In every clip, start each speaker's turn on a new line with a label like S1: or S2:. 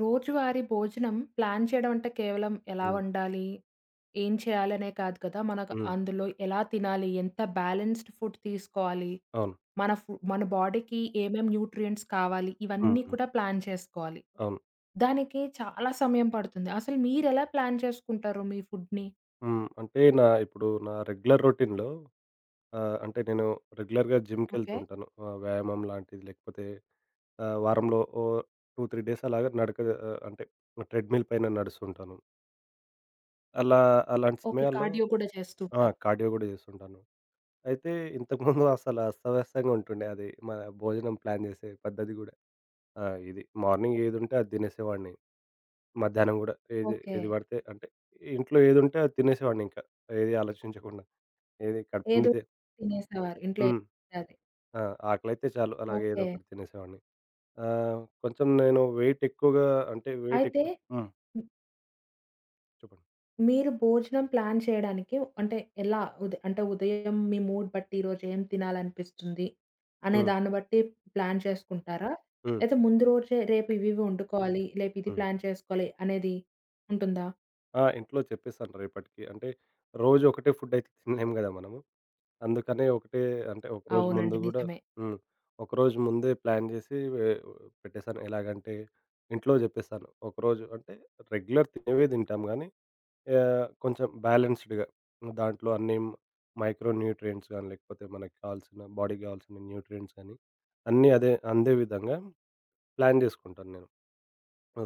S1: రోజువారీ భోజనం ప్లాన్ చేయడం అంటే కేవలం ఎలా
S2: హ్మ్.
S1: వండాలి, ఏం చేయాలనే కాదు కదా! మనకు
S2: హ్మ్.
S1: అందులో ఎలా తినాలి, ఎంత బ్యాలెన్స్‌డ్ ఫుడ్ తీసుకోవాలి,
S2: అవును.
S1: మన బాడీకి ఏమేం న్యూట్రియంట్స్ కావాలి,
S2: హ్మ్.
S1: ఇవన్నీ
S2: హ్మ్.
S1: కూడా ప్లాన్ చేసుకోవాలి.
S2: అవును.
S1: దానికి చాలా సమయం పడుతుంది. అసలు మీరెలా ప్లాన్ చేసుకుంటారు మీ ఫుడ్‌ని?
S2: హ్మ్. అంటే ఇప్పుడు నా రెగ్యులర్ రొటీన్‌లో అంటే నేను రెగ్యులర్‌గా జిమ్‌కెళ్తూ
S1: ఓకే.
S2: ఉంటాను. వ్యాయామం లాంటిది లేకపోతే వారంలో ఓ 2, 3 డేస్ అలాగా నడక, అంటే ట్రెడ్‌మిల్ పైన నడుస్తుంటాను. అలా అలాంటి
S1: ఓకే.
S2: సమయాల్లో
S1: కార్డియో కూడా
S2: ఆ,
S1: చేస్తుంటారు.
S2: కార్డియో గూడా చేస్తుంటాను. అయితే ఇంతకుముందు అసలు అస్తవ్యస్తంగా ఉంటుండే అది. మన భోజనం ప్లాన్ చేసే పద్ధతి గూడా. ఆ, ఇది మార్నింగ్ ఏదుంటే అది తినేసేవాడిని. మధ్యాహ్నం గూడా ఏది
S1: ఓకే.
S2: ఏది పడితే, అంటే ఇంట్లో ఏదుంటే అది తినేసేవాడినింకా. ఏది ఆలోచించకుండా. ఏది కడుపు
S1: ఏదో
S2: నిండితే.
S1: తినేసేవారు. ఇంట్లో ఏది
S2: హ్మ్.
S1: పడితే అది.
S2: ఆ, ఆకలైతే చాలు అలాగే ఏదో
S1: ఓకే.
S2: ఒకటి తినేసేవాడిని. కొంచెం నేను వెయిట్ ఎక్కువగా, అంటే వెయిట్
S1: అయితే
S2: ఎక్కువ. హ్మ్. చెప్పండి.
S1: మీరు భోజనం ప్లాన్ చేయడానికి అంటే ఎలా? ఉద్ అంటే ఉదయం మీ మూడ్ బట్టి ఈరోజు ఏం తినాలనిపిస్తుంది అనే
S2: హ్మ్.
S1: దాన్ని బట్టి ప్లాన్ చేసుకుంటారా?
S2: హ్మ్.
S1: లేతే ముందు రోజే రేపు ఇవివి వండుకోవాలి, లేపు ఇది
S2: హ్మ్.
S1: ప్లాన్ చేసుకోవాలి అనేది ఉంటుందా?
S2: ఆ, ఇంట్లో చెప్పేసాను రేపటికి. అంటే రోజు ఒకటే ఫుడ్ అయితే తినలేము గదా మనము. అందుకనే ఒకటే, అంటే ఒకరోజు ముందు
S1: అవునండి.
S2: గూడా.
S1: నిజమే.
S2: హ్మ్. ఒకరోజు ముందే ప్లాన్ జేసి వే పెట్టేసాను. ఎలాగంటే ఇంట్లో జెప్పేసాను. ఒకరోజు అంటే రెగ్యులర్ తినేవే తింటాం గానీ కొంచెం బ్యాలెన్స్‌డ్‌గా దాంట్లో అన్నీ మైక్రో న్యూట్రియంట్స్ గాని, లేకపోతే మనకి కావాల్సిన బాడీకి గావాల్సిన న్యూట్రియంట్స్ గాని అన్నీ అదే అందే విధంగా ప్లాన్ జేసుకుంటాను నేను.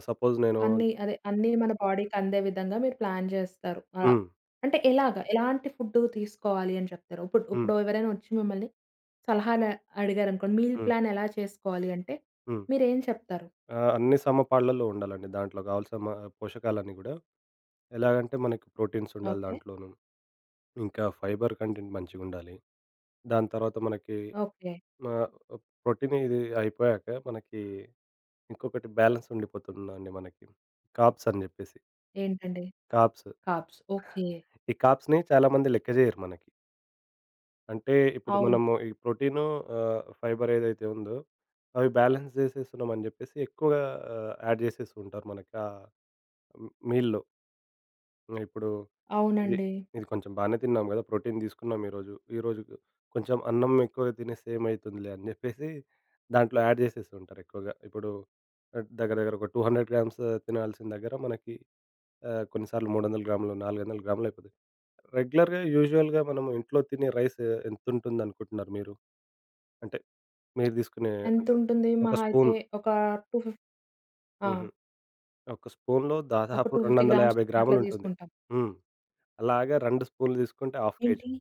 S2: సపోజ్ నేను.
S1: అన్నీ అదే అన్నీ మన బాడీకి అందే విధంగా మీరు ప్లాన్ జేస్తారు.
S2: హ్మ్.
S1: అంటే ఎలాగా? ఎలాంటి ఫుడ్డు తీసుకోవాలి అని చెప్తారు? ఇప్పుడు
S2: హ్మ్.
S1: ఇప్పుడు ఎవరైనా వచ్చి మిమ్మల్ని సలహాలు అడిగారనుకోండి, మీల్
S2: హ్మ్.
S1: ప్లాన్ ఎలా చేసుకోవాలి అంటే
S2: హ్మ్.
S1: మీరేం చెప్తారు?
S2: ఆ, అన్ని సమపాళ్లలో ఉండాలండి. దాంట్లో కావాల్సిన పోషకాలన్నీ గూడా. ఎలాగంటే మనకి ప్రోటీన్స్ ఉండాలి
S1: ఓకే.
S2: దాంట్లోను. ఇంకా ఫైబర్ కంటెంట్ మంచిగుండాలి. దాని తర్వాత మనకి
S1: ఓకే.
S2: ఆహ్, ప్రోటీన్ ఇది అయిపోయాక మనకి ఇంకొకటి బ్యాలెన్స్ ఉండిపోతుందండి మనకి. కార్బ్స్ అని జెప్పేసి.
S1: ఏంటండి?
S2: కార్బ్స్.
S1: కార్బ్స్. ఓకే.
S2: ఈ కార్బ్స్‌ని చాలామంది లెక్క జేయరు మనకి. అంటే ఇప్పుడు
S1: అవును.
S2: మనము ఈ ప్రోటీను ఫైబర్ ఏదైతే ఉందో అవి బ్యాలెన్స్ జేసేస్తున్నామని జెప్పేసి ఎక్కువగా యాడ్ జేసేస్తూ ఉంటారు మనకి ఆ మీల్‌లో. ఇప్పుడు ఇది,
S1: అవునండి.
S2: ఇది కొంచెం బానే తిన్నాం గదా, ప్రోటీన్ తీసుకున్నాం ఈరోజు. కొంచెం అన్నం ఎక్కువగా తినేస్తే ఏమైతుందిలే అని జెప్పేసి దాంట్లో యాడ్ జేసేస్తూ ఉంటారు ఎక్కువగా. ఇప్పుడు దగ్గర దగ్గర ఒక 200 గ్రామ్స్ తినాల్సిన దగ్గర మనకి కొన్నిసార్లు 300 గ్రాములు, 400 గ్రాములయిపోతాయి. రెగ్యులర్‌గా యూజువల్‌గా మనం ఇంట్లో తినే రైస్ ఎంతుంటుందనుకుంటున్నారు మీరు? అంటే మీరు తీసుకునే, అంటే
S1: ఎంతుంటుంది?
S2: ఒక
S1: మహా అయితే
S2: స్పూన్.
S1: ఒక 250. ఆ!
S2: హుహు. ఒక స్పూన్‌లో
S1: ఒక
S2: దాదాపు
S1: 250 గ్రామ్స్
S2: 250
S1: అట్లా
S2: గ్రాములుంటుంది.
S1: తీసుకుంటాం.
S2: హ్మ్. అలాగే 2 స్పూన్‌లు తీసుకుంటే హాఫ్ కేజీ.
S1: ఏంటి?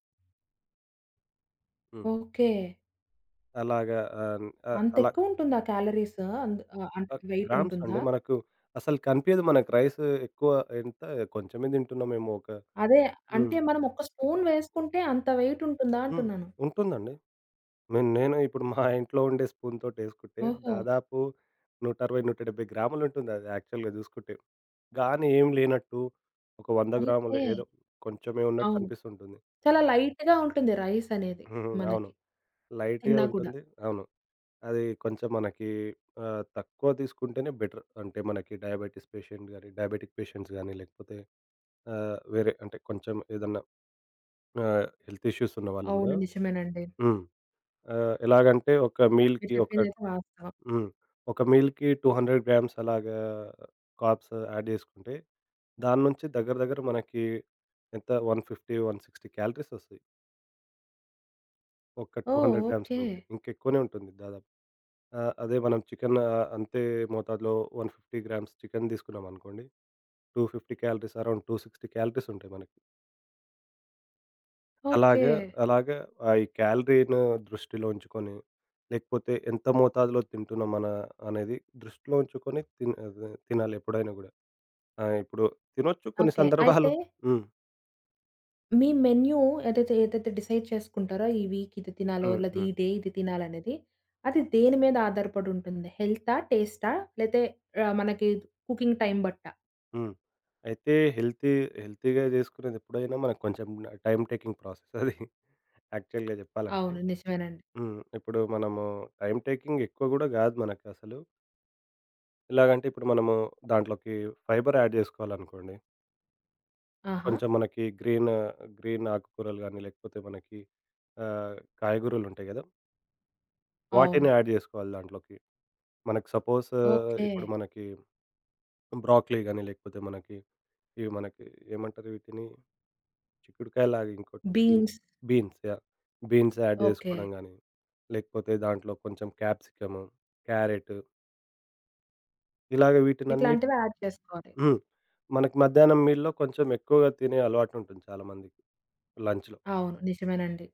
S2: హ్మ్.
S1: ఓకే.
S2: అలాగా ఆహ్, ఆహ్, అలా
S1: అంతెక్కువుంటుందా క్యాలరీస్? అందు అంటే
S2: ఆహ్, గ్రామ్స్
S1: వెయిటుంటుందా?
S2: అండి. మనకు అసలు కనిపియదు మనకు రైస్ ఎక్కువ ఎంత కొంచెమే తింటున్నామేమో ఒక.
S1: అదే
S2: హ్మ్.
S1: అంటే మనం ఒక్క స్పూన్ వేసుకుంటే అంత వెయిటుంటుందా
S2: హ్మ్.
S1: అంటున్నాను.
S2: ఉంటుందండి. నేను నేను ఇప్పుడు మా ఇంట్లో ఉండే స్పూన్‌తోటేసుకుంటే
S1: ఓహో!
S2: దాదాపు 160, 170 గ్రాములుంటుంది అది యాక్చువల్‌గా చూసుకుంటే. గానీ ఏం లేనట్టు ఒక 100 గ్రాములు
S1: ఓకే.
S2: ఏదో కొంచెమే ఉన్నట్టు
S1: అవును.
S2: అనిపిస్తుంటుంది.
S1: చాలా లైట్‌గా ఉంటుంది రైస్ అనేది
S2: హ్మ్. అవును.
S1: మనకి.
S2: లైట్‌గా
S1: తిన్నా కూడా.
S2: ఉంటుంది. అవును. అది కొంచెం మనకి తక్కువ తీసుకుంటేనే బెటర్. అంటే మనకి డయాబెటిస్ పేషెంట్ గాని, డయాబెటిక్ పేషెంట్స్ గాని, లేకపోతే వేరే అంటే కొంచెం ఏదన్నా హెల్త్ ఇష్యూస్ ఉన్నవాళ్ళు
S1: అవును.
S2: గూడా.
S1: నిజమేనండి.
S2: హ్మ్. ఆహ్, ఎలాగంటే ఒక
S1: మీరు
S2: మీల్‌కి ఒక
S1: చెప్పిందైతే వాస్తవం.
S2: హ్మ్. ఒక మీల్‌కి 200 గ్రామ్స్ అలాగా కార్బ్స్ యాడ్ చేసుకుంటే, దాని నుంచి దగ్గర దగ్గర మనకి ఎంత 150, 160 క్యాలరీస్ వస్తాయి. ఒక
S1: ఓహ్!
S2: 200 గ్రామ్స్
S1: ఓకే.
S2: నుంచి. ఇంకెక్కువనే ఉంటుంది దాదాపు. అదే మనం చికెన్ అంతే మోతాదులో 150 గ్రామ్స్ చికెన్ తీసుకున్నామనుకోండి. 250 క్యాలరీస్ అరౌండ్ 260 క్యాలరీస్ ఉంటాయి మనకి.
S1: ఓకే.
S2: అలాగా, అలాగా ఆహ్, ఈ క్యాలరీ‌ను దృష్టిలో ఉంచుకొని, లేకపోతే ఎంత మోతాదులో తింటున్నాం మన అనేది దృష్టిలో ఉంచుకొని అదే తినాలి ఎప్పుడైనా గూడా. ఆ, ఇప్పుడు తినొచ్చు కొన్ని
S1: ఓకే.
S2: సందర్భాలు.
S1: అయితే
S2: హ్మ్.
S1: మీ మెన్యూ ఏదైతే, ఏదైతే డిసైడ్ చేసుకుంటారో ఈ వీక్ ఇది తినాలో,
S2: హ్మ్.
S1: లేతే
S2: హ్మ్.
S1: ఈ డే ఇది తినాలనేది, అది దేని మీద ఆధారపడి ఉంటుంది? హెల్తా? టేస్టా? లేతే మనకి కుకింగ్ టైం బట్టా?
S2: హ్మ్. అయితే హెల్తీగా జేసుకునేది ఎప్పుడైనా మనకు కొంచెం టైమ్ టేకింగ్ ప్రాసెస్ అది. యాక్చువల్‌గా చెప్పాలంటే.
S1: అవును. నిజమేనండి.
S2: హ్మ్. ఇప్పుడు మనము టైమ్ టేకింగ్ ఎక్కువ గూడా గాదు మనకసలు. ఎలాగంటే ఇప్పుడు మనము దాంట్లోకి ఫైబర్ యాడ్ జేసుకోవాలనుకోండి.
S1: ఆహా!
S2: కొంచెం మనకి గ్రీన్, గ్రీన్ ఆకుకూరలు గానీ, లేకపోతే మనకి ఆహ్, కాయగూరలుంటాయి గదా, వాటిని
S1: అవును.
S2: యాడ్ జేసుకోవాలి దాంట్లోకి. మనకు సపోజ్
S1: ఓకే.
S2: ఇప్పుడు మనకి బ్రాకలీ గానీ, లేకపోతే మనకి ఇవి మనకి ఏమంటారు వీటిని? చిక్కుడుకాయలాగా ఇంకోటుంటుంది.
S1: Beans.
S2: Beans yeah, beans add
S1: okay.
S2: జేసుకోవడం గానీ, లేకపోతే దాంట్లో కొంచెం క్యాప్సికము, క్యారెట్ ఇలాగ వీటినన్నిటి.
S1: ఇట్లాంటివి యాడ్ చేసుకోవాలి.
S2: హ్మ్. మనకి మధ్యాహ్నం మీల్‌లో కొంచెం ఎక్కువగా తినే అలవాటుంటుంది చాలా మందికి లంచ్‌లో.
S1: అవును. నిజమేనండి.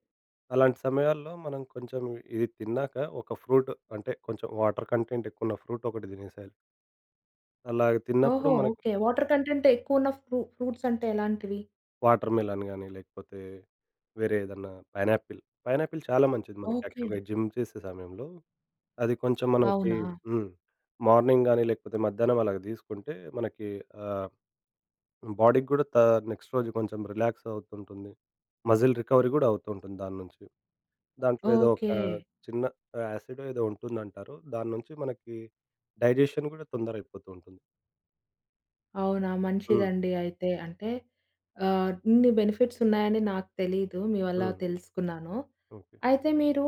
S2: అలాంటి సమయాల్లో మనం కొంచెం ఇది తిన్నాక ఒక ఫ్రూట్, అంటే కొంచెం వాటర్ కంటెంట్ ఎక్కువున్న ఫ్రూట్ ఒకటి తినేసేయాలి. అలాగ
S1: ఓహో!
S2: తిన్నప్పుడు మనకి
S1: ఓకే. వాటర్ కంటెంట్ ఎక్కువున్న ఫ్రూట్స్ అంటే ఎలాంటివి?
S2: వాటర్ మెలన్ గాని, లేకపోతే వేరే ఏదన్నా పైనాపిల్. పైనాపిల్ చాలా మంచిది మనకి
S1: ఓకే.
S2: యాక్చువల్‌గా జిమ్ చేసే సమయంలో. అది కొంచెం మనకి.
S1: అవునా!
S2: హ్మ్. మార్నింగ్ గాని, లేకపోతే మధ్యాహ్నం అలాగ తీసుకుంటే మనకి ఆహ్ బాడీకి గూడా నెక్స్ట్ రోజు కొంచెం రిలాక్స్ అవుతుంటుంది. మజిల్ రికవరీ గూడా అవుతుంటుంది దాని నుంచి. దాంట్లో ఏదో ఒక
S1: ఓకే.
S2: చిన్న యాసిడో ఏదో ఉంటుందంటారు. దాని నుంచి మనకి డైజెషన్ గూడా తొందర అయిపోతూ ఉంటుంది.
S1: అవునా!
S2: హ్మ్.
S1: మంచిదండి అయితే. అంటే ఇన్ని బెనిఫిట్స్ ఉన్నాయని నాకు తెలీదు. మీ వల్ల
S2: హ్మ్. హ్మ్.
S1: తెలుసుకున్నాను.
S2: ఓకే.
S1: అయితే మీరు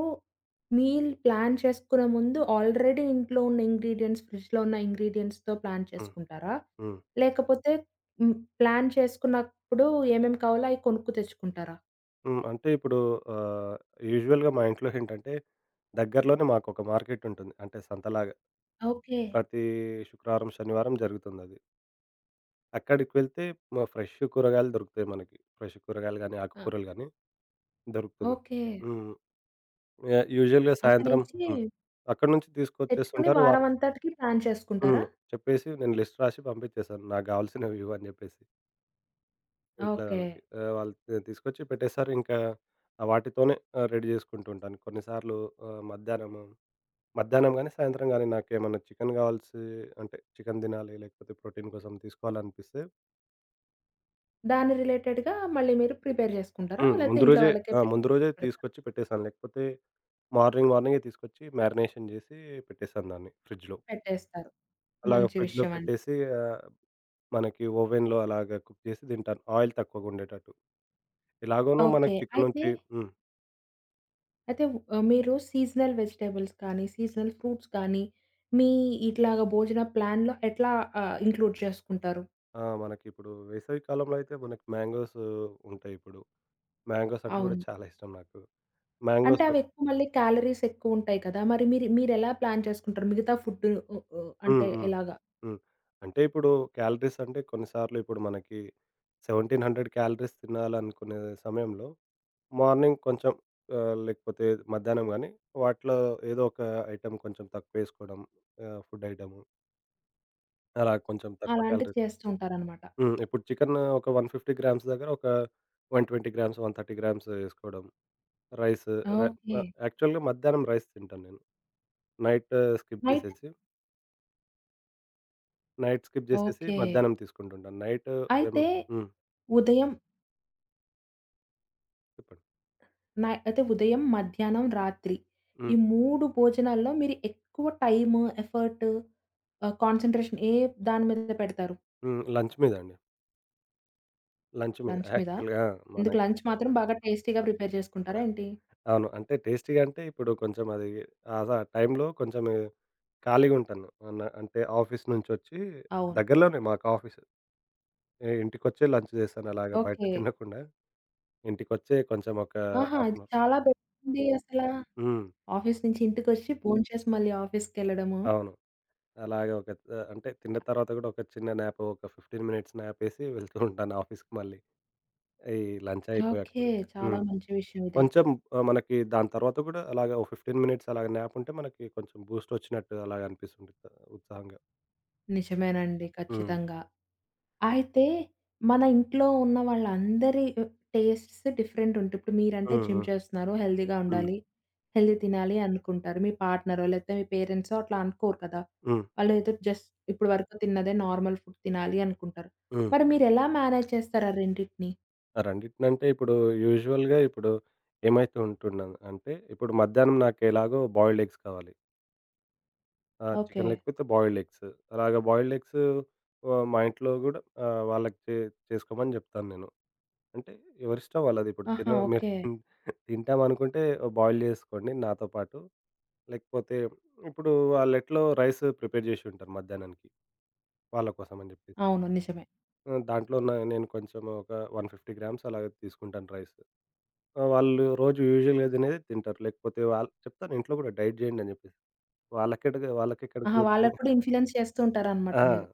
S1: మీల్ ప్లాన్ చేసుకునే ముందు ఆల్రెడీ ఇంట్లో ఉన్న ఇంగ్రీడియెంట్స్, ఫ్రిడ్జ్‌లో ఉన్న ఇంగ్రీడియెంట్స్‌తో ప్లాన్
S2: హ్మ్.
S1: చేసుకుంటారా?
S2: హ్మ్.
S1: లేకపోతే హ్మ్. ప్లాన్ చేసుకున్నప్పుడు ఏమేమి కావాలో అయి కొనుక్కు తెచ్చుకుంటారా?
S2: హ్మ్. అంటే ఇప్పుడు ఆహ్, యూజువల్‌గా మా ఇంట్లో ఏంటంటే దగ్గరలోనే మాకొక మార్కెట్ ఉంటుంది. అంటే సంతలాగా.
S1: ఓకే.
S2: ప్రతి శుక్రవారం, శనివారం జరుగుతుందది. అక్కడికి వెళ్తే ఫ్రెష్ కూరగాయలు దొరుకుతాయి మనకి. ఫ్రెష్ కూరగాయలు గానీ,
S1: ఆ!
S2: ఆకుకూరలు గానీ దొరుకుతుంది.
S1: ఓకే.
S2: హ్మ్. యాహ్, యూజువల్‌గా
S1: అక్కడి
S2: సాయంత్రం.
S1: నుంచి
S2: హ్మ్. అక్కడి నుంచి
S1: తెచ్చుకొని
S2: తీసుకొచ్చేస్తుంటారు
S1: వారం
S2: వారు.
S1: అంతటికి ప్లాన్ చేసుకుంటారా?
S2: హ్మ్. చెప్పేసి నేను లిస్ట్ రాసి పంపించేశాను. నాకు గావాల్సినవి ఇవి అని జెప్పేసి ఇంట్లో
S1: ఓకే.
S2: వాళ్ళకి. ఆహ్, వాళ్ళు తీసుకొచ్చి పెట్టేస్తారు. ఇంకా వాటితోనే రెడీ జేసుకుంటూ ఉంటాను. కొన్నిసార్లు ఆహ్, మధ్యాహ్నము మధ్యాహ్నం గానీ, సాయంత్రం గానీ నాకేమన్నా చికెన్ గావాల్సి, అంటే చికెన్ దినాలి లేకపోతే ప్రోటీన్ కోసం తీసుకోవాలనిపిస్తే.
S1: దాని రిలేటెడ్‌గా మళ్ళీ మీరు ప్రిపేర్ జేసుకుంటారా?
S2: హ్మ్.
S1: లేతే
S2: ముందు
S1: ఇంట్లో
S2: రోజే.
S1: వాళ్ళకే
S2: ఆ,
S1: పె
S2: ముందు రోజే
S1: పెడతారు.
S2: తీసుకొచ్చి పెట్టేసాను. లేకపోతే మార్నింగే తీసుకొచ్చి మ్యారినేషన్ జేసి పెట్టేసాను దాన్ని ఫ్రిడ్జ్‌లో.
S1: పెట్టేస్తారు.
S2: అలాగ
S1: మంచి
S2: ఫ్రిడ్జ్‌లో
S1: విషయమండి.
S2: పెట్టేసి, మనకి ఓవెన్‌లో అలాగ కుక్ చేసి తింటాను. ఆయిల్ తక్కువగుండేటట్టు. ఎలాగోనూ
S1: ఓకే.
S2: మనకి చికెన్
S1: అయితే,
S2: నుంచి. హ్మ్.
S1: అయితే మీరు సీజనల్ వెజిటబుల్స్ కానీ, సీజనల్ ఫ్రూట్స్ కానీ, మీ ఇట్లాగా భోజన ప్లాన్‌లో ఎట్లా ఇంక్లూడ్ చేసుకుంటారు?
S2: ఆ, మనకిప్పుడు వేసవి కాలంలో అయితే మనకి మ్యాంగోస్ ఉంటాయి ఇప్పుడు. మ్యాంగోస్ అంటే గూడా
S1: అవును.
S2: చాలా ఇష్టం నాకు.
S1: అంటే
S2: మ్యాంగోస్.
S1: అవి ఎక్కువ మళ్ళీ క్యాలరీస్ ఎక్కువుంటాయి కదా! మరి మీరెలా ప్లాన్ చేసుకుంటారు? మిగతా ఫుడ్డు ఉ ఉ
S2: హ్మ్.
S1: అంటే
S2: హ్మ్.
S1: ఎలాగా?
S2: హ్మ్. అంటే ఇప్పుడు క్యాలరీస్ అంటే కొన్ని సార్లు ఇప్పుడు మనకి 1700 క్యాలరీస్ తినాలనుకునే సమయంలో మార్నింగ్ కొంచెం, లేకపోతే మధ్యాహ్నం గానీ, వాటిలో ఏదో ఒక ఐటెమ్ కొంచెం తక్కువేసుకోవడం. Food item. అలా కొంచెం తక్కువ
S1: అలాంటివి
S2: క్యాలరీస్.
S1: చేస్తూ ఉంటారనమాట.
S2: హ్మ్. ఇప్పుడు చికెన్ ఒక 150 గ్రామ్స్ దగ్గర ఒక 120 గ్రామ్స్, 130 గ్రామ్స్ ఏసుకోవడం. రైస్ రై
S1: ఓకే.
S2: ఆహ్, యాక్చువల్‌గా మధ్యాహ్నం రైస్ తింటాను నేను. Night skip
S1: night.
S2: జేసేసి, నైట్ స్కిప్ జేసేసి
S1: ఓకే.
S2: మధ్యాహ్నం తీసుకుంటుంటాను. నైట్
S1: అయితే
S2: ఏమన్నా. హ్మ్.
S1: ఉదయం.
S2: చెప్పండి.
S1: అయితే ఉదయం, మధ్యాహ్నం, రాత్రి ఈ
S2: హ్మ్.
S1: 3 భోజనాల్లో మీరు ఎక్కువ టైము, ఎఫర్టు, కాన్సంట్రేషన్ ఏ దాని మీద పెడతారు?
S2: హ్మ్. లంచ్ మీద అండి. లంచ్ మీద
S1: లంచ్ మీద?
S2: యాక్చువల్‌గా
S1: ఎందుకు
S2: మనకి.
S1: లంచ్ మాత్రం బాగా టేస్టీగా ప్రిపేర్ చేసుకుంటారా ఏంటి?
S2: అవును. అంటే టేస్టీగా అంటే ఇప్పుడు కొంచెం అది ఆ టైంలో కొంచెం ఖాళీగా ఉంటాను. అంటే ఆఫీస్ నుంచొచ్చి
S1: అవును.
S2: దగ్గరలోనే మాకు ఆఫీసు. ఇంటికొచ్చే లంచ్ చేశాను అలాగా బయట
S1: ఓకే.
S2: తినకుండా. ఇంటికొచ్చే కొంచెం ఒక
S1: ఆహా!
S2: హాఫ్
S1: ఇది
S2: అన్ అవర్.
S1: చాలా బెటరండి అసల.
S2: హ్మ్.
S1: ఆఫీస్ నుంచి ఇంటికొచ్చి భోంచేసి మళ్ళీ ఆఫీస్‌కెళ్ళడము.
S2: అవును. అలాగే ఒక అంటే తిన్న తర్వాత కూడా ఒక చిన్న న్యాప్, ఒక 15 మినిట్స్ న్యాప్ ఏసి వెళ్తూ ఉంటాను ఆఫీస్‌కి మళ్ళీ. ఈ లంచ్ అయిపోయాక
S1: ఓకే.
S2: కూడా.
S1: చాలా
S2: హ్మ్.
S1: మంచి విషయం ఇదైతే.
S2: కొంచెం మనకి దాని తర్వాత కూడా అలాగా ఓ 15 మినిట్స్ అలాగా న్యాప్ ఉంటే మనకి కొంచెం బూస్ట్ వచ్చినట్టు అలాగా అనిపిస్తుంటుంది ఉత్సాహంగా.
S1: నిజమేనండి.
S2: హ్మ్.
S1: ఖచ్చితంగా. అయితే మన ఇంట్లో ఉన్న వాళ్ళందరి టేస్ట్స్ డిఫరెంట్ ఉంటాయి. ఇప్పుడు మీరంటే
S2: హ్మ్.
S1: జిమ్
S2: హ్మ్.
S1: చేస్తున్నారు. హెల్తీగా
S2: హ్మ్.
S1: ఉండాలి. హెల్తీ తినాలి అనుకుంటారు. మీ పార్ట్నరో లేకపోతే మీ పేరెంట్సో అట్లా అనుకోరు కదా!
S2: హ్మ్.
S1: వాళ్ళు ఏదో జస్ట్ ఇప్పుడు వరకు తిన్నదే నార్మల్ ఫుడ్ తినాలి అనుకుంటారు.
S2: హ్మ్.
S1: మరి మీరెలా మేనేజ్ చేస్తారు ఆ రెండిటిని?
S2: ఆ రెండిటినంటే ఇప్పుడు యూజువల్‌గా ఇప్పుడు ఏమైతూ ఉంటున్నాను అంటే, ఇప్పుడు మధ్యాహ్నం నాకెలాగో బాయిల్డ్ ఎగ్స్ కావాలి. ఆ,
S1: ఓకే.
S2: చికెన్ లేకపోతే బాయిల్డ్ ఎగ్స్. అలాగా బాయిల్డ్ ఎగ్స్ మా ఇంట్లో గూడా వాళ్ళకి చేసుకోమని జెప్తాను నేను. అంటే ఎవరిష్టం వాళ్ళది. ఇప్పుడు
S1: ఆహా!
S2: తిన మీరు
S1: ఓకే.
S2: తిన్ తింటామనుకుంటే బాయిల్ జేసుకోండి నాతో పాటు. లేకపోతే ఇప్పుడు వాళ్ళెట్లో రైస్ ప్రిపేర్ జేసి ఉంటారు మధ్యాహ్నానికి వాళ్ళ కోసం అని జెప్పి.
S1: అవును. నిజమే.
S2: ఆ, దాంట్లో నేను కొంచెం ఒక 150 గ్రామ్స్ అలాగ తీసుకుంటాను రైస్. ఆ, వాళ్ళు రోజు యూజువల్‌గా తినేదే తింటారు. లేకపోతే వాళ్ళు చెప్తాను ఇంట్లో గూడా డైట్ జేయండి అని జెప్పేసి. వాళ్ళకెక్కడ
S1: ఆహా!
S2: కుదురుతుంది.
S1: వాళ్ళకి కూడా ఇన్‌ఫ్లుయెన్స్ చేస్తూ ఉంటారనమాట
S2: ఆ,
S1: మీరు.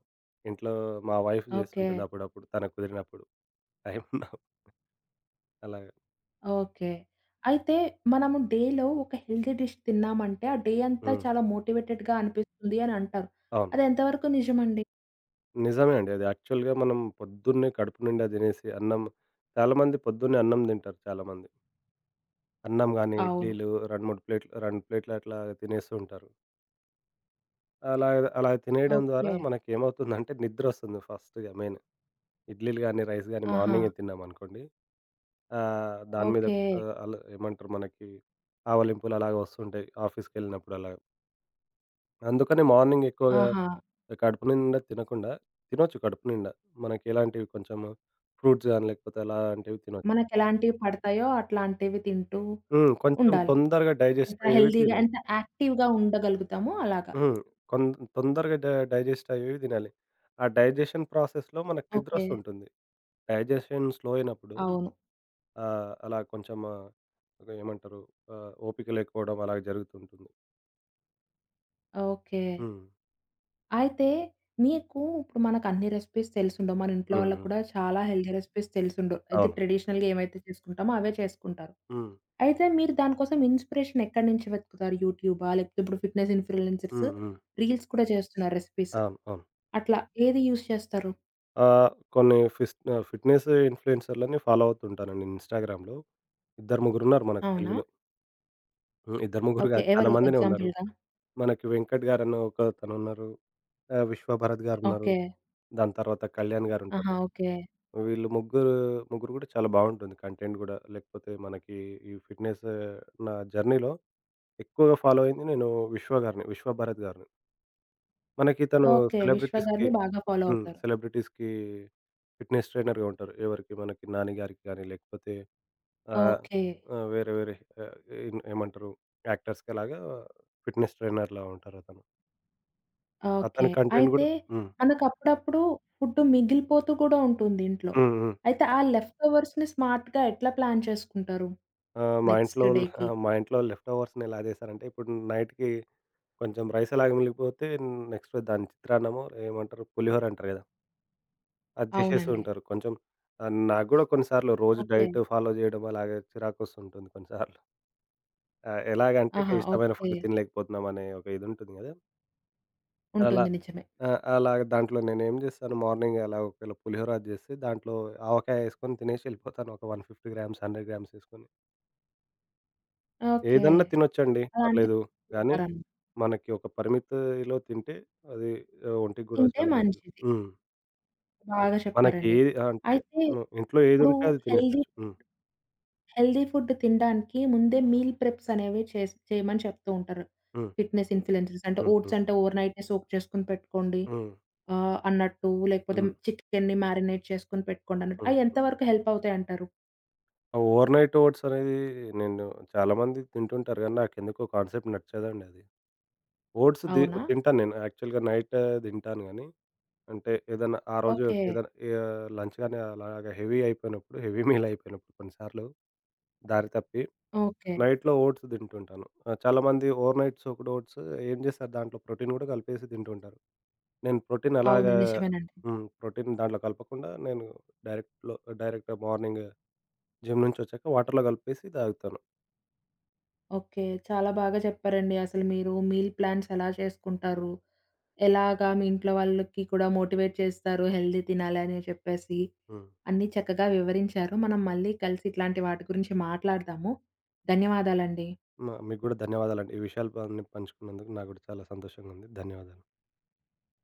S2: ఇంట్లో మా వైఫ్
S1: ఓకే.
S2: జేస్తుంటుంది అప్పుడప్పుడు తనకు కుదిరినప్పుడు. టైం ఉన్నప్పుడు అలాగ.
S1: ఓకే. అయితే మనము డేలో ఒక హెల్తీ డిష్ తిన్నామంటే, ఆ డే అంతా
S2: హ్మ్.
S1: చాలా మోటివేటెడ్‌గా అనిపిస్తుంది అని అంటారు.
S2: అవును.
S1: అది ఎంతవరకు నిజమండి?
S2: నిజమే అండి. అది యాక్చువల్‌గా మనం పొద్దున్నే కడుపు నిండా తినేసి చాలామంది పొద్దున్నే అన్నం తింటారు చాలామంది. అన్నం గాని,
S1: అవును.
S2: ఇడ్లీలు 2, 3 ప్లేట్లు 2 ప్లేట్లు అట్లా తినేస్తూ ఉంటారు. అలా అలా తినేయడం ద్వారా
S1: ఓకే.
S2: మనకేమవుతుందంటే నిద్రొస్తుంది ఫస్ట్‌గా మెయిన్. ఇడ్లీలు గానీ, రైస్ గానీ
S1: ఆహా!
S2: మార్నింగే తిన్నామనుకోండి, ఆహ్, దాని మీద
S1: ఓకే.
S2: ఆహ్, అలా ఏమంటారు మనకి ఆవలింపులు అలాగ వస్తుంటాయి ఆఫీస్‌కెళ్ళినప్పుడు అలాగ. అందుకని మార్నింగ్ ఎక్కువగా
S1: ఆహా!
S2: కడుపు నిండా తినకుండా, తినొచ్చు కడుపు నిండా మనకెలాంటివి కొంచెం ఫ్రూట్స్ గానీ లేకపోతే అలాంటివి తినొచ్చు.
S1: మనకెలాంటివి పడతాయో అట్లాంటివి తింటూ
S2: హ్మ్. కొంచెం
S1: ఉండాలి.
S2: తొందరగా
S1: ఎంత
S2: డైజెస్ట్ అయ్యేవి
S1: హెల్తీగా,
S2: తినాలి.
S1: ఎంత యాక్టివ్‌గా ఉండగలుగుతామో అలాగా.
S2: హ్మ్. కొన్ తొందరగా డైజెస్ట్ అయ్యేవి తినాలి. ఆ డైజెషన్ ప్రాసెస్‌లో మనకు
S1: ఓకే.
S2: నిద్రొస్తుంటుంది. డైజెషన్ స్లో అయినప్పుడు
S1: అవును.
S2: ఆహ్, అలా కొంచెం ఆహ్, ఏమంటారు ఆహ్, ఓపిక లేకపోవడం అలా జరుగుతుంటుంది.
S1: ఓకే.
S2: హ్మ్.
S1: అయితే నీకు ఇప్పుడు మనకన్ని రెసిపీస్ తెలిసుండవు. మన ఇంట్లో
S2: హ్మ్.
S1: వాళ్ళకి
S2: హ్మ్.
S1: కూడా చాలా హెల్తీ రెసిపీస్ తెలిసుండవు. ఇది
S2: అవును.
S1: ట్రెడిషనల్‌గా ఏమైతే చేసుకుంటామో అవే చేసుకుంటారు.
S2: హ్మ్.
S1: అయితే మీరు దానికోసం ఇన్‌స్పిరేషన్ ఎక్కడి నుంచి వెతుకుతారు? యూట్యూబా? లేకపోతే ఇప్పుడు ఫిట్‌నెస్ ఇన్‌ఫ్లుయెన్సర్స్
S2: హ్మ్. హ్మ్.
S1: రీల్స్ కూడా చేస్తున్నారు రెసిపీస్.
S2: అవును. అవును.
S1: అట్లా ఏది యూజ్ చేస్తారు?
S2: ఆహ్, కొన్ని ఫిస్ ఆహ్, ఫిట్‌నెస్ ఇన్‌ఫ్లుయెన్సర్‌లని ఫాలో అవుతుంటానండి ఇన్‌స్టాగ్రామ్‌లో. ఇద్దరు ముగ్గురున్నారు మనకు
S1: అవునా?
S2: తెలుగులో. హ్మ్. ఇద్దరు ముగ్గురు
S1: ఓకే.
S2: కాదు చాలా
S1: ఎవరు
S2: మందినే ఉన్నారు.
S1: ఎగ్జాంపుల్‌గా?
S2: మనకి వెంకట్ గారని ఒకతనున్నారు. ఆహ్, విశ్వభరత్ గారున్నారు.
S1: ఓకే.
S2: దాని తర్వాత కళ్యాణ్
S1: ఆహా!
S2: గారుంటారు.
S1: ఓకే.
S2: వీళ్ళు ముగ్గురు ముగ్గురు గూడా చాలా బావుంటుంది కంటెంట్ గూడా. లేకపోతే మనకి ఈ ఫిట్‌నెస్ నా జర్నీలో ఎక్కువగా ఫాలో అయింది నేను 'విశ్వభారత్' గారిని. మనకి తను
S1: ఓకే. విశ్వ
S2: సెలబ్రిటీస్‌కి.
S1: గారిని బాగా ఫాలో
S2: హ్మ్.
S1: అవుతారు.
S2: సెలబ్రిటీస్‌కి ఫిట్‌నెస్ ట్రైనర్‌గా ఉంటారు. ఎవరికి మనకి 'నాని' గారికి గానీ, లేకపోతే ఆహ్,
S1: ఓకే.
S2: ఆహ్, వేరే వేరే ఆహ్, ఏం ఏమంటారు యాక్టర్స్‌కి అలాగా ఫిట్‌నెస్ ట్రైనర్‌లా ఉంటారతను.
S1: ఓకే.
S2: అతని కంటెంట్
S1: అయితే
S2: గూడా. హ్మ్.
S1: మనకప్పుడప్పుడు ఫుడ్డు మిగిలిపోతూ గూడా ఉంటుంది ఇంట్లో.
S2: హ్మ్. హ్మ్.
S1: అయితే ఆ లెఫ్ట్ ఓవర్స్‌ని స్మార్ట్‌గా ఎట్లా ప్లాన్ చేసుకుంటారు?
S2: ఆహ్, మా
S1: నెక్స్ట్
S2: ఇంట్లోల్
S1: డేకి?
S2: మా ఇంట్లో లెఫ్ట్ ఓవర్స్‌ని ఎలా చేశారంటే ఇప్పుడు నైట్‌కి కొంచెం రైస్ అలాగే మిగిలిపోతే నెక్స్ట్ దాని చిత్రాన్నమో ఏమంటారు? పులిహోర అంటారు గదా, అది జేసేస్తూ
S1: అవునండి.
S2: ఉంటారు కొంచెం. నాకు గూడా కొన్నిసార్లు రోజు
S1: ఓకే.
S2: డైట్ ఫాలో జేయడం అలాగే చిరాకొస్తుంటుంది కొన్నిసార్లు. ఎలాగంటే
S1: ఆహా!
S2: ఇక ఇష్టమైన
S1: ఓకే.
S2: ఫుడ్ తినలేకపోతున్నాం అనే ఒక ఇది ఉంటుంది గదా. అలా
S1: ఉంటుంది. నిజమే.
S2: ఆ, అలా దాంట్లో నేనేం జేస్తాను మార్నింగ్ అలా ఒకవేళ పులిహోర అది జేస్తే దాంట్లో ఆవకాయ యేసుకొని తినేసి యెళ్ళిపోతాను. ఒక 150 గ్రామ్స్, 100 గ్రామ్స్ యేసుకొని.
S1: ఓకే.
S2: ఏదన్నా తినొచ్చండి
S1: అలాంటివి
S2: పర్లేదు. కానీ
S1: తింటారన్న
S2: మనకి ఒక పరిమితిలో తింటే అది ఒంటికి గూడా
S1: తింటే
S2: చాలా మంచిది.
S1: మంచిది.
S2: హ్మ్.
S1: బాగా
S2: మనకి
S1: చెప్పారండి.
S2: ఏది అంటే.
S1: అయితే
S2: హ్మ్. ఇంట్లో
S1: ఇప్పుడు
S2: ఏదుంటే అది
S1: హెల్తీ
S2: తినేసేయొచ్చు. హ్మ్.
S1: హెల్తీ ఫుడ్ తినడానికి ముందే మీల్ ప్రెప్స్ అనేవి చేయమని చెప్తూ ఉంటారు.
S2: హ్మ్.
S1: ఫిట్‌నెస్ ఇన్‌ఫ్లుయెన్సర్స్ అంటే
S2: హ్మ్.
S1: ఓట్స్
S2: హ్మ్.
S1: అంటే ఓవర్‌నైటే సోక్ చేసుకొని పెట్టుకోండి.
S2: హ్మ్.
S1: అన్నట్టు లేకపోతే
S2: హ్మ్.
S1: చికెన్‌ని మ్యారినేట్ చేసుకొని పెట్టుకోండి అన్నట్టు.
S2: హ్మ్.
S1: అయి ఎంత
S2: హ్మ్.
S1: వరకు హెల్ప్ అవుతాయంటారు?
S2: ఆ ఓవర్‌నైట్ ఓట్స్ అనేది నేను చాలామంది తింటుంటారు గానీ, నాకెందుకో కాన్సెప్ట్ నచ్చదండి అది. ఓట్స్ ది
S1: అవునా?
S2: తింటాను నేను. యాక్చువల్‌గా నైట్ తింటాను గానీ, అంటే ఏదన్నా ఆ రోజు
S1: ఓకే.
S2: ఏదన్నా లంచ్ గాని అలాగా హెవీ అయిపోయినప్పుడు, హెవీ మీల్ అయిపోయినప్పుడు కొన్నిసార్లు దారి తప్పి
S1: ఓకే.
S2: నైట్‌లో ఓట్స్ తింటుంటాను. ఆహ్, చాలామంది ఓవర్‌నైట్ సోక్డ్ ఓట్స్ ఏం చేస్తారు దాంట్లో ప్రోటీన్ గూడా కలిపేసి తింటుంటారు. నేను ప్రోటీన్
S1: అవును.
S2: అలాగా.
S1: నిజమేనండి.
S2: హ్మ్. ప్రోటీన్ దాంట్లో కలపకుండా నేను డైరెక్ట్‌లో డైరెక్ట్ మార్నింగ్ జిమ్ నుంచొచ్చాక వాటర్‌లో కలిపేసి తాగుతాను.
S1: ఓకే. చాలా బాగా చెప్పారండి. అసలు మీరు మీల్ ప్లాన్స్ ఎలా చేసుకుంటారు? ఎలాగా మీ ఇంట్లో వాళ్ళకి కూడా మోటివేట్ చేస్తారు హెల్తీ తినాలని చెప్పేసి,
S2: హ్మ్.
S1: అన్నీ చక్కగా వివరించారు. మనం మళ్ళీ కలిసి ఇట్లాంటి వాటి గురించి మాట్లాడదాము. ధన్యవాదాలండి.
S2: మీకు గూడా ధన్యవాదాలండి. ఈ విషయాలు అన్నీ పంచుకున్నందుకు నాకు గూడా చాలా సంతోషంగా ఉంది. ధన్యవాదాలు.